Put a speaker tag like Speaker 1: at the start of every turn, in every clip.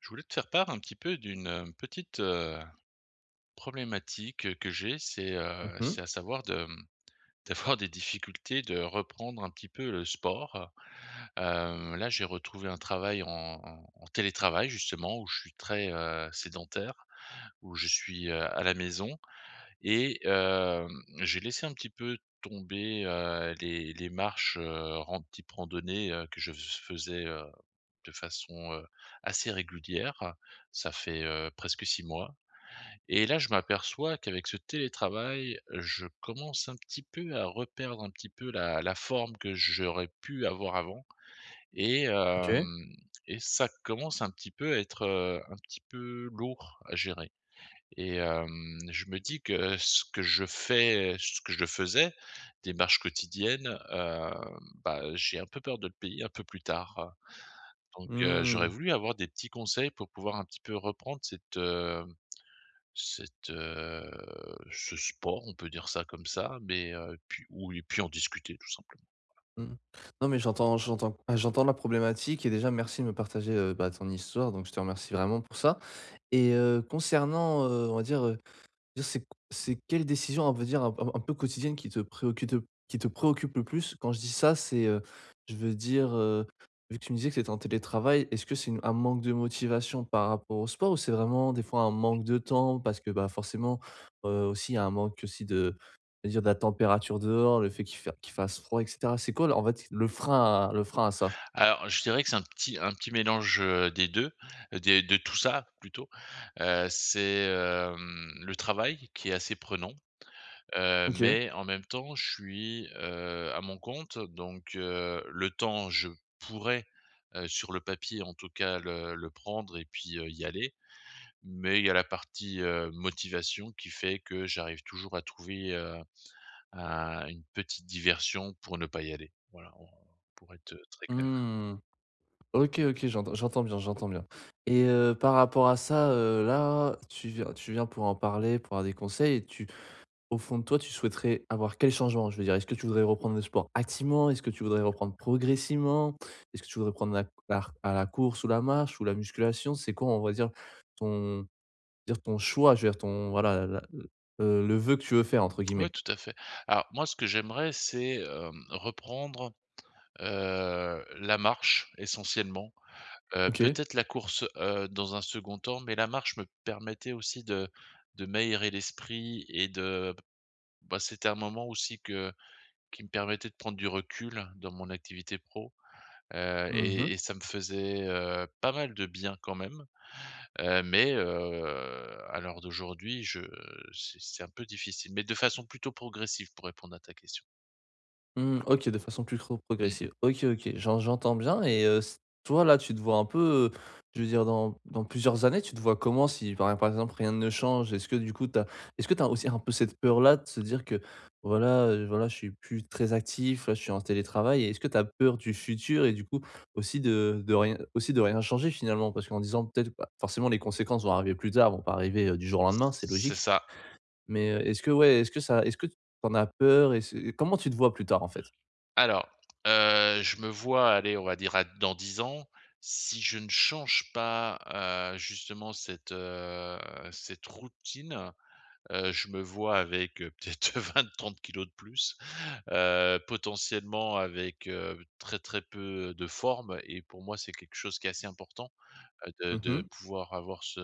Speaker 1: Je voulais te faire part un petit peu d'une, petite, problématique, que j'ai. C'est,
Speaker 2: Mmh
Speaker 1: heu,
Speaker 2: mh.
Speaker 1: c'est à savoir de, d'avoir des difficultés de reprendre un petit peu le sport. Là, j'ai retrouvé un travail en en télétravail justement où je suis très, sédentaire, où je suis, à la maison et j'ai laissé un petit peu tomber, les marches, ran type randonnée, que je faisais, de façon, assez régulière. Ça fait, presque 6 mois et là, je m'aperçois qu'avec ce télétravail, je commence un petit peu à reperdre un petit peu la forme que j'aurais pu avoir avant et
Speaker 2: OK.
Speaker 1: hem et ça commence un petit peu à être, un petit peu lourd à gérer et je me dis que ce que je faisais, des marches quotidiennes, bah, j'ai un peu peur de le payer un peu plus tard. Donc j'aurais
Speaker 2: Mmh.
Speaker 1: voulu avoir des petits conseils pour pouvoir un petit peu reprendre cette, heu, ce sport, on peut dire ça comme ça, mais puis ou et puis en discuter tout simplement.
Speaker 2: Mmh. Mmh. Non, mais j'entends la problématique, et déjà merci de me partager, bah, ton histoire, donc je te remercie vraiment pour ça. Et concernant, on va dire, Dire c'est c'est quelle décision, on va dire, un peu quotidienne qui te préoccupe le plus? Quand je dis ça, c'est, je veux dire, vu que tu me disais que c'était en télétravail, est-ce que c'est une un manque de motivation par rapport au sport, ou c'est vraiment des fois un manque de temps? Parce que, bah, forcément, aussi il y a un manque aussi de, on va dire, de la température dehors, le fait qu'il fasse froid et cetera. C'est quoi, là, en fait, le frein à ça?
Speaker 1: Alors je dirais que c'est un petit mélange, des 2, des de tout ça plutôt. C'est, le travail qui est assez prenant,
Speaker 2: OK.
Speaker 1: mais en même temps je suis, à mon compte donc le temps je pourrais, sur le papier en tout cas le prendre et puis, y aller. Mais il y a la partie, motivation qui fait que j'arrive toujours à trouver, un une petite diversion pour ne pas y aller. Voilà, en pour être très clair.
Speaker 2: Mmh. OK, OK, j'entends bien. Et par rapport à ça, là, tu viens pour en parler, pour avoir des conseils. Et tu, au fond de toi, tu souhaiterais avoir quel changement? Je veux dire, est-ce que tu voudrais reprendre le sport activement? Est-ce que tu voudrais reprendre progressivement? Est-ce que tu voudrais prendre la course ou la marche ou la musculation? C'est quoi, on va dire, ton, dire ton choix? Je veux dire ton, voilà, le vœu que tu veux faire entre
Speaker 1: Oui,
Speaker 2: guillemets.
Speaker 1: tout à fait. Alors moi, ce que j'aimerais, c'est, reprendre, la marche essentiellement. Heu,
Speaker 2: OK.
Speaker 1: peut-être la course, dans un second temps, mais la marche me permettait aussi de m'aérer l'esprit et de bah, c'était un moment aussi que qui me permettait de prendre du recul dans mon activité pro. Heu
Speaker 2: Mmh.
Speaker 1: et et ça me faisait, pas mal de bien quand même, mais à l'heure d'aujourd'hui, je c'est un peu difficile, mais de façon plutôt progressive pour répondre à ta question.
Speaker 2: Mmh, OK, de façon plus trop
Speaker 1: Mmh.
Speaker 2: progressive. OK, OK, j'entends bien. Et s toi, là, tu te vois un peu, je veux dire dans plusieurs années, tu te vois comment si par exemple rien ne change? Est-ce que tu as aussi un peu cette peur-là de se dire que voilà, voilà, je suis plus très actif, là, je suis en télétravail, et est-ce que tu as peur du futur et du coup aussi de rien aussi de rien changer finalement? Parce qu'en disant peut-être bah, forcément les conséquences vont arriver plus tard, vont pas arriver, du jour au lendemain, c'est
Speaker 1: C'est
Speaker 2: logique.
Speaker 1: ça.
Speaker 2: Mais, est-ce que ouais, est-ce que tu en as peur? Et ce comment tu te vois plus tard en fait?
Speaker 1: Alors, je me vois, allez, on va dire à dans 10 ans, si je ne change pas, justement cette, cette routine. Je me vois avec, peut-être 20, 30 kilos de plus, potentiellement avec, très, très peu de forme, et pour moi, c'est quelque chose qui est assez important, de
Speaker 2: Mmh mh.
Speaker 1: pouvoir avoir ce,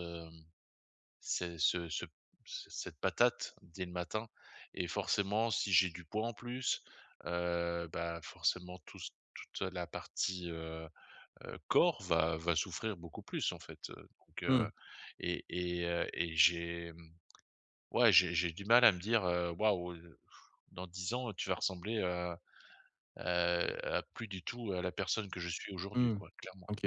Speaker 1: ce ce ce ce cette patate dès le matin, et forcément, si j'ai du poids en plus, bah, forcément toute la partie, corps va souffrir beaucoup plus, en fait, donc
Speaker 2: Mmh.
Speaker 1: et j'ai, mmh ouais, j'ai du mal à me dire, «Waouh, dans 10 ans, tu vas ressembler, à plus du tout à la personne que je suis aujourd'hui»,
Speaker 2: Mmh.
Speaker 1: quoi, clairement.
Speaker 2: OK.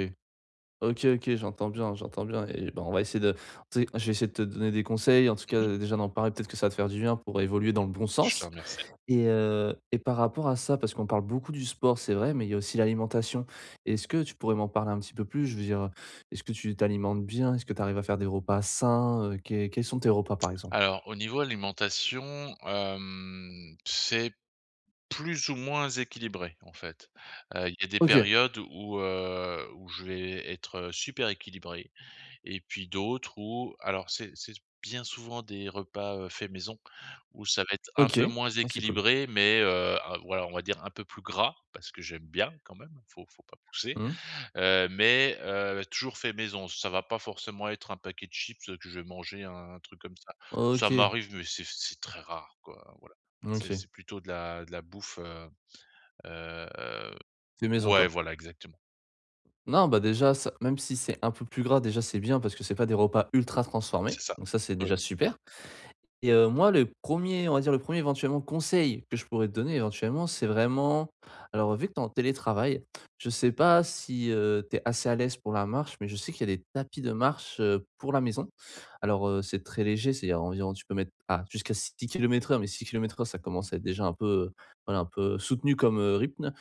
Speaker 2: OK, OK, j'entends bien. Et ben, on va essayer de... tu sais, je vais essayer de te donner des conseils, en tout cas,
Speaker 1: Mmh.
Speaker 2: déjà d'en parler, peut-être que ça va te faire du bien pour évoluer dans le bon
Speaker 1: Je te
Speaker 2: sens.
Speaker 1: remercie.
Speaker 2: Et et par rapport à ça, parce qu'on parle beaucoup du sport, c'est vrai, mais il y a aussi l'alimentation. Est-ce que tu pourrais m'en parler un petit peu plus? Je veux dire, est-ce que tu t'alimentes bien? Est-ce que tu arrives à faire des repas sains? Quels sont tes repas, par exemple?
Speaker 1: Alors au niveau alimentation, c'est plus ou moins équilibré, en fait. Il y a des
Speaker 2: OK,
Speaker 1: périodes où je vais être super équilibré. Et puis d'autres où alors c'est bien souvent des repas, faits maison, où ça va être un
Speaker 2: OK.
Speaker 1: peu moins
Speaker 2: Ah, c'est cool.
Speaker 1: équilibré, mais ah voilà, on va dire un peu plus gras parce que j'aime bien quand même, faut pas pousser,
Speaker 2: Mmh.
Speaker 1: mais toujours fait maison. Ça va pas forcément être un paquet de chips, que je vais manger, un truc comme ça. Ça
Speaker 2: OK,
Speaker 1: m'arrive, mais c'est très rare quoi, hein, voilà.
Speaker 2: OK.
Speaker 1: C'est plutôt de la bouffe, heu,
Speaker 2: Fait maison,
Speaker 1: ouais,
Speaker 2: quoi.
Speaker 1: voilà, exactement,
Speaker 2: Non, bah, déjà ça, même si c'est un peu plus gras, déjà c'est bien parce que c'est pas des repas ultra transformés,
Speaker 1: c'est ça.
Speaker 2: donc ça c'est
Speaker 1: Oui.
Speaker 2: déjà super. Et moi le premier, on va dire le premier éventuellement conseil que je pourrais te donner éventuellement, c'est vraiment, alors vu que t'es en télétravail, je sais pas si, tu es assez à l'aise pour la marche, mais je sais qu'il y a des tapis de marche, pour la maison. Alors, c'est très léger, c'est-à-dire environ tu peux mettre à jusqu'à 6 km/h, mais 6 km/h ça commence à être déjà un peu, voilà un peu soutenu comme, rythme.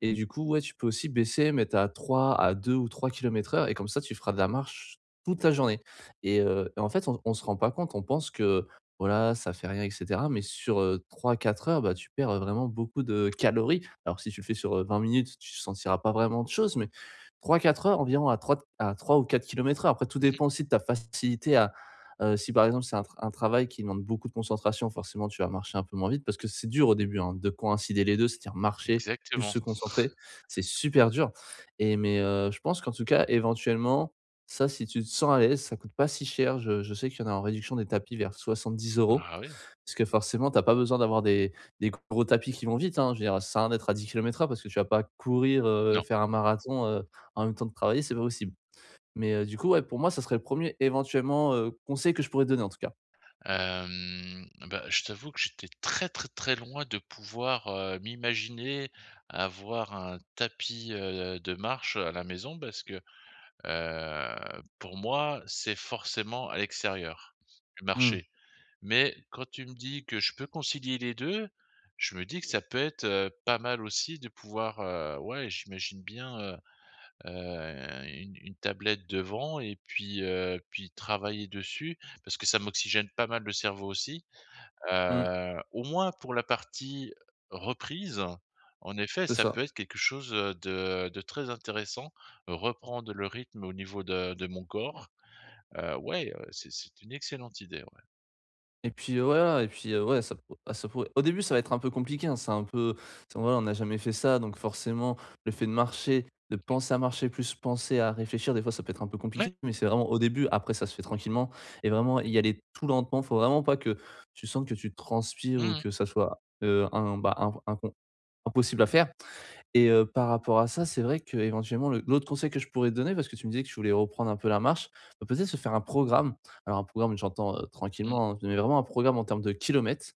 Speaker 2: Et du coup, ouais, tu peux aussi baisser, mettre à trois, à 2 ou 3 km/h, et comme ça, tu feras de la marche toute la journée. Et en fait, on se rend pas compte. On pense que, voilà, ça fait rien et cetera, mais sur, 3-4 heures, bah, tu perds vraiment beaucoup de calories. Alors si tu le fais sur, 20 minutes, tu sentiras pas vraiment de choses, mais trois quatre heures environ à trois, à 3 ou 4 km h... Après tout
Speaker 1: Mmh.
Speaker 2: dépend aussi de ta facilité à, si par exemple c'est un travail qui demande beaucoup de concentration, forcément tu vas marcher un peu moins vite parce que c'est dur au début, hein, de coïncider les deux, c'est-à-dire marcher plus
Speaker 1: Exactement.
Speaker 2: se concentrer, c'est super dur. Et mais je pense qu'en tout cas éventuellement, ça, si tu te sens à l'aise, ça coûte pas si cher. Je sais qu'il y en a en réduction des tapis vers 70 €,
Speaker 1: Ah oui.
Speaker 2: parce que forcément, t'as pas besoin d'avoir des gros tapis qui vont vite, hein. Je veux dire, ça sert à rien d'être à 10 km/h parce que tu vas pas courir,
Speaker 1: Non.
Speaker 2: faire un marathon, en même temps de travailler, c'est pas possible. Mais, du coup, ouais, pour moi, ça serait le premier éventuellement, conseil que je pourrais te donner en tout cas.
Speaker 1: Bah, je t'avoue que j'étais très, très, très loin de pouvoir, m'imaginer avoir un tapis, de marche à la maison parce que, pour moi, c'est forcément à l'extérieur, le
Speaker 2: Mmh.
Speaker 1: marché. Mais quand tu me dis que je peux concilier les 2, je me dis que ça peut être, pas mal aussi de pouvoir, ouais, j'imagine bien, heu, une tablette devant et puis travailler dessus parce que ça m'oxygène pas mal le cerveau aussi.
Speaker 2: Mmh.
Speaker 1: Au moins pour la partie reprise, en effet,
Speaker 2: C'est
Speaker 1: ça
Speaker 2: ça.
Speaker 1: peut être quelque chose de très intéressant. Reprendre le rythme au niveau de mon corps, ouais, c'est une excellente idée, ouais.
Speaker 2: Et puis, voilà, et puis, ouais, ça pourrait au début, ça va être un peu compliqué, hein, c'est un peu c'est voilà, on n'a jamais fait ça, donc forcément, le fait de marcher, de penser à marcher, plus penser à réfléchir, des fois, ça peut être un peu
Speaker 1: Ouais,
Speaker 2: compliqué, mais c'est vraiment au début. Après, ça se fait tranquillement et vraiment y aller tout lentement. Faut vraiment pas que tu sentes que tu transpires ou
Speaker 1: mmh mh,
Speaker 2: que ça soit, bah, impossible à faire. Et par rapport à ça, c'est vrai qu'éventuellement le l'autre conseil que je pourrais te donner, parce que tu me disais que tu voulais reprendre un peu la marche, bah, peut-être se faire un programme. Alors un programme, j'entends,
Speaker 1: mmh,
Speaker 2: tranquillement, hein, mais vraiment un programme en termes de kilomètres,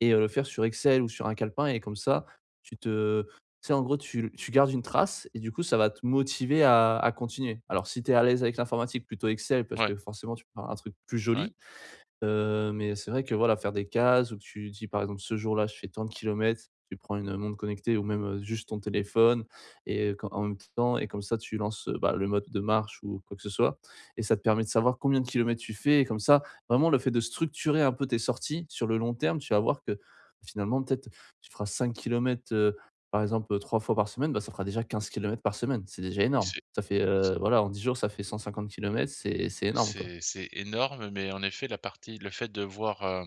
Speaker 2: et le faire sur Excel ou sur un calepin, et comme ça, tu te... tu sais, en gros, tu gardes une trace, et du coup, ça va te motiver à continuer. Alors si tu es à l'aise avec l'informatique, plutôt Excel parce
Speaker 1: ouais,
Speaker 2: que forcément, tu peux faire un truc plus
Speaker 1: ouais.
Speaker 2: joli. Mais c'est vrai que voilà, faire des cases où tu dis par exemple: «Ce jour-là, je fais tant de kilomètres». Tu prends une montre connectée, ou même, juste ton téléphone, et quand en même temps, et comme ça tu lances, bah, le mode de marche ou quoi que ce soit, et ça te permet de savoir combien de kilomètres tu fais, et comme ça, vraiment le fait de structurer un peu tes sorties sur le long terme, tu vas voir que finalement peut-être tu feras 5 kilomètres, par exemple, 3 fois par semaine, bah, ça fera déjà 15 kilomètres par semaine. C'est déjà énorme.
Speaker 1: C'est
Speaker 2: Ça fait, voilà, en 10 jours, ça fait 150 kilomètres, c'est énorme, quoi.
Speaker 1: c'est énorme, mais en effet, la partie le fait de voir,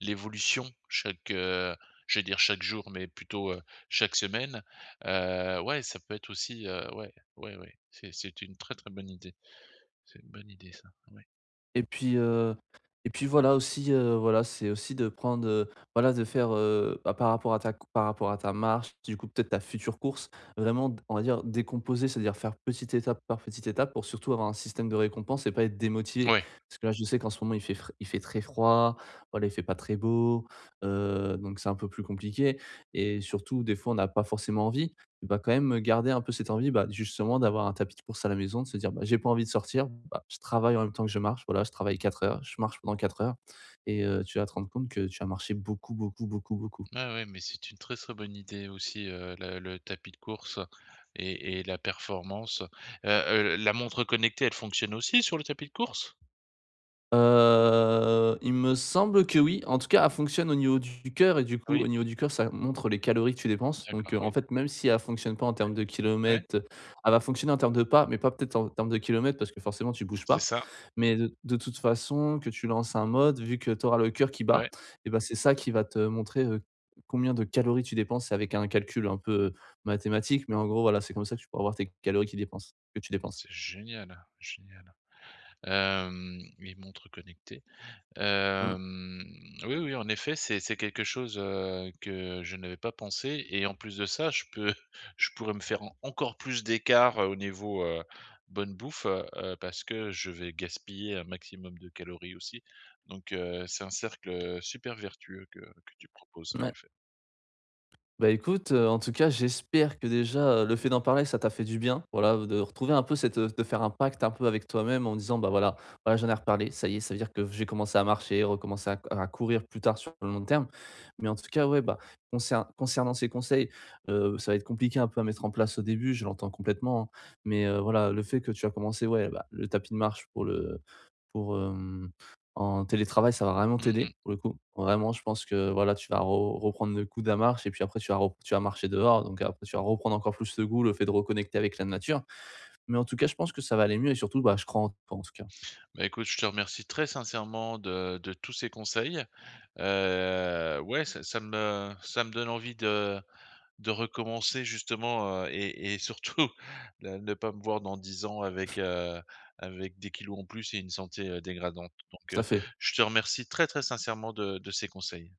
Speaker 1: l'évolution chaque, je vais dire chaque jour, mais plutôt, chaque semaine, ouais, ça peut être aussi, ouais, ouais, ouais, c'est une très, très bonne idée. C'est une bonne idée ça, ouais.
Speaker 2: Et puis, heu et puis voilà aussi, voilà, c'est aussi de prendre, voilà, de faire, bah, par rapport à ta cou par rapport à ta marche, du coup peut-être ta future course, vraiment d on va dire décomposer, c'est-à-dire faire petite étape par petite étape pour surtout avoir un système de récompense et pas être démotivé.
Speaker 1: Ouais,
Speaker 2: Parce que là, je sais qu'en ce moment il fait très froid, voilà, il fait pas très beau, donc c'est un peu plus compliqué, et surtout des fois on n'a pas forcément envie... va quand même garder un peu cette envie, bah, justement d'avoir un tapis de course à la maison, de se dire: «Bah, j'ai pas envie de sortir, bah, je travaille en même temps que je marche, voilà, je travaille 4 heures, je marche pendant 4 heures». Et tu vas te rendre compte que tu as marché beaucoup, beaucoup, beaucoup, beaucoup.
Speaker 1: ouais, ouais, mais c'est une très, très bonne idée aussi, le tapis de course et la performance. Heu, la montre connectée, elle fonctionne aussi sur le tapis de course?
Speaker 2: Il me semble que oui. En tout cas, elle fonctionne au niveau du cœur, et du coup, au
Speaker 1: Oui,
Speaker 2: niveau du cœur, ça montre les calories que tu dépenses. Donc,
Speaker 1: d'accord,
Speaker 2: en
Speaker 1: oui.
Speaker 2: fait, même si elle fonctionne pas en termes de
Speaker 1: Ouais,
Speaker 2: kilomètres, elle va fonctionner en termes de pas, mais pas peut-être en termes de kilomètres parce que forcément tu bouges
Speaker 1: c'est
Speaker 2: pas.
Speaker 1: ça,
Speaker 2: Mais de toute façon, que tu lances un mode, vu que tu auras le cœur qui bat,
Speaker 1: ouais.
Speaker 2: et ben c'est ça qui va te montrer, combien de calories tu dépenses. C'est avec un calcul un peu mathématique. Mais en gros, voilà, c'est comme ça que tu pourras voir tes calories qui dépensent que tu dépenses.
Speaker 1: C'est génial, génial. Les montres connectées.
Speaker 2: Mmh,
Speaker 1: Hem, oui, oui, en effet, c'est quelque chose, que je n'avais pas pensé, et en plus de ça, je peux je pourrais me faire en encore plus d'écart, au niveau, bonne bouffe, parce que je vais gaspiller un maximum de calories aussi. Donc c'est un cercle super vertueux que tu proposes, en
Speaker 2: ouais.
Speaker 1: effet.
Speaker 2: Bah, écoute, en tout cas, j'espère que déjà, le fait d'en parler, ça t'a fait du bien. Voilà, de faire un pacte un peu avec toi-même en disant: «Bah, voilà, voilà, j'en ai reparlé, ça y est, ça veut dire que j'ai commencé à marcher, recommencer à courir plus tard sur le long terme». Mais en tout cas, ouais, bah, concernant ces conseils, ça va être compliqué un peu à mettre en place au début, je l'entends complètement, hein. Mais, voilà, le fait que tu as commencé, ouais, bah, le tapis de marche pour, en télétravail, ça va vraiment
Speaker 1: Mmh
Speaker 2: t'aider
Speaker 1: mh.
Speaker 2: pour le coup. Vraiment, je pense que voilà, tu vas re reprendre le coup de la marche, et puis après tu vas marcher dehors, donc après tu vas reprendre encore plus ce goût, le fait de reconnecter avec la nature. Mais en tout cas, je pense que ça va aller mieux, et surtout, bah, je crois en toi en tout cas.
Speaker 1: Bah, écoute, je te remercie très sincèrement de tous ces conseils. Ouais, ça me donne envie de recommencer justement, et surtout la ne pas me voir dans 10 ans avec, avec des kilos en plus et une santé, dégradante. Donc,
Speaker 2: Tout à fait.
Speaker 1: je te remercie très, très sincèrement de ces conseils.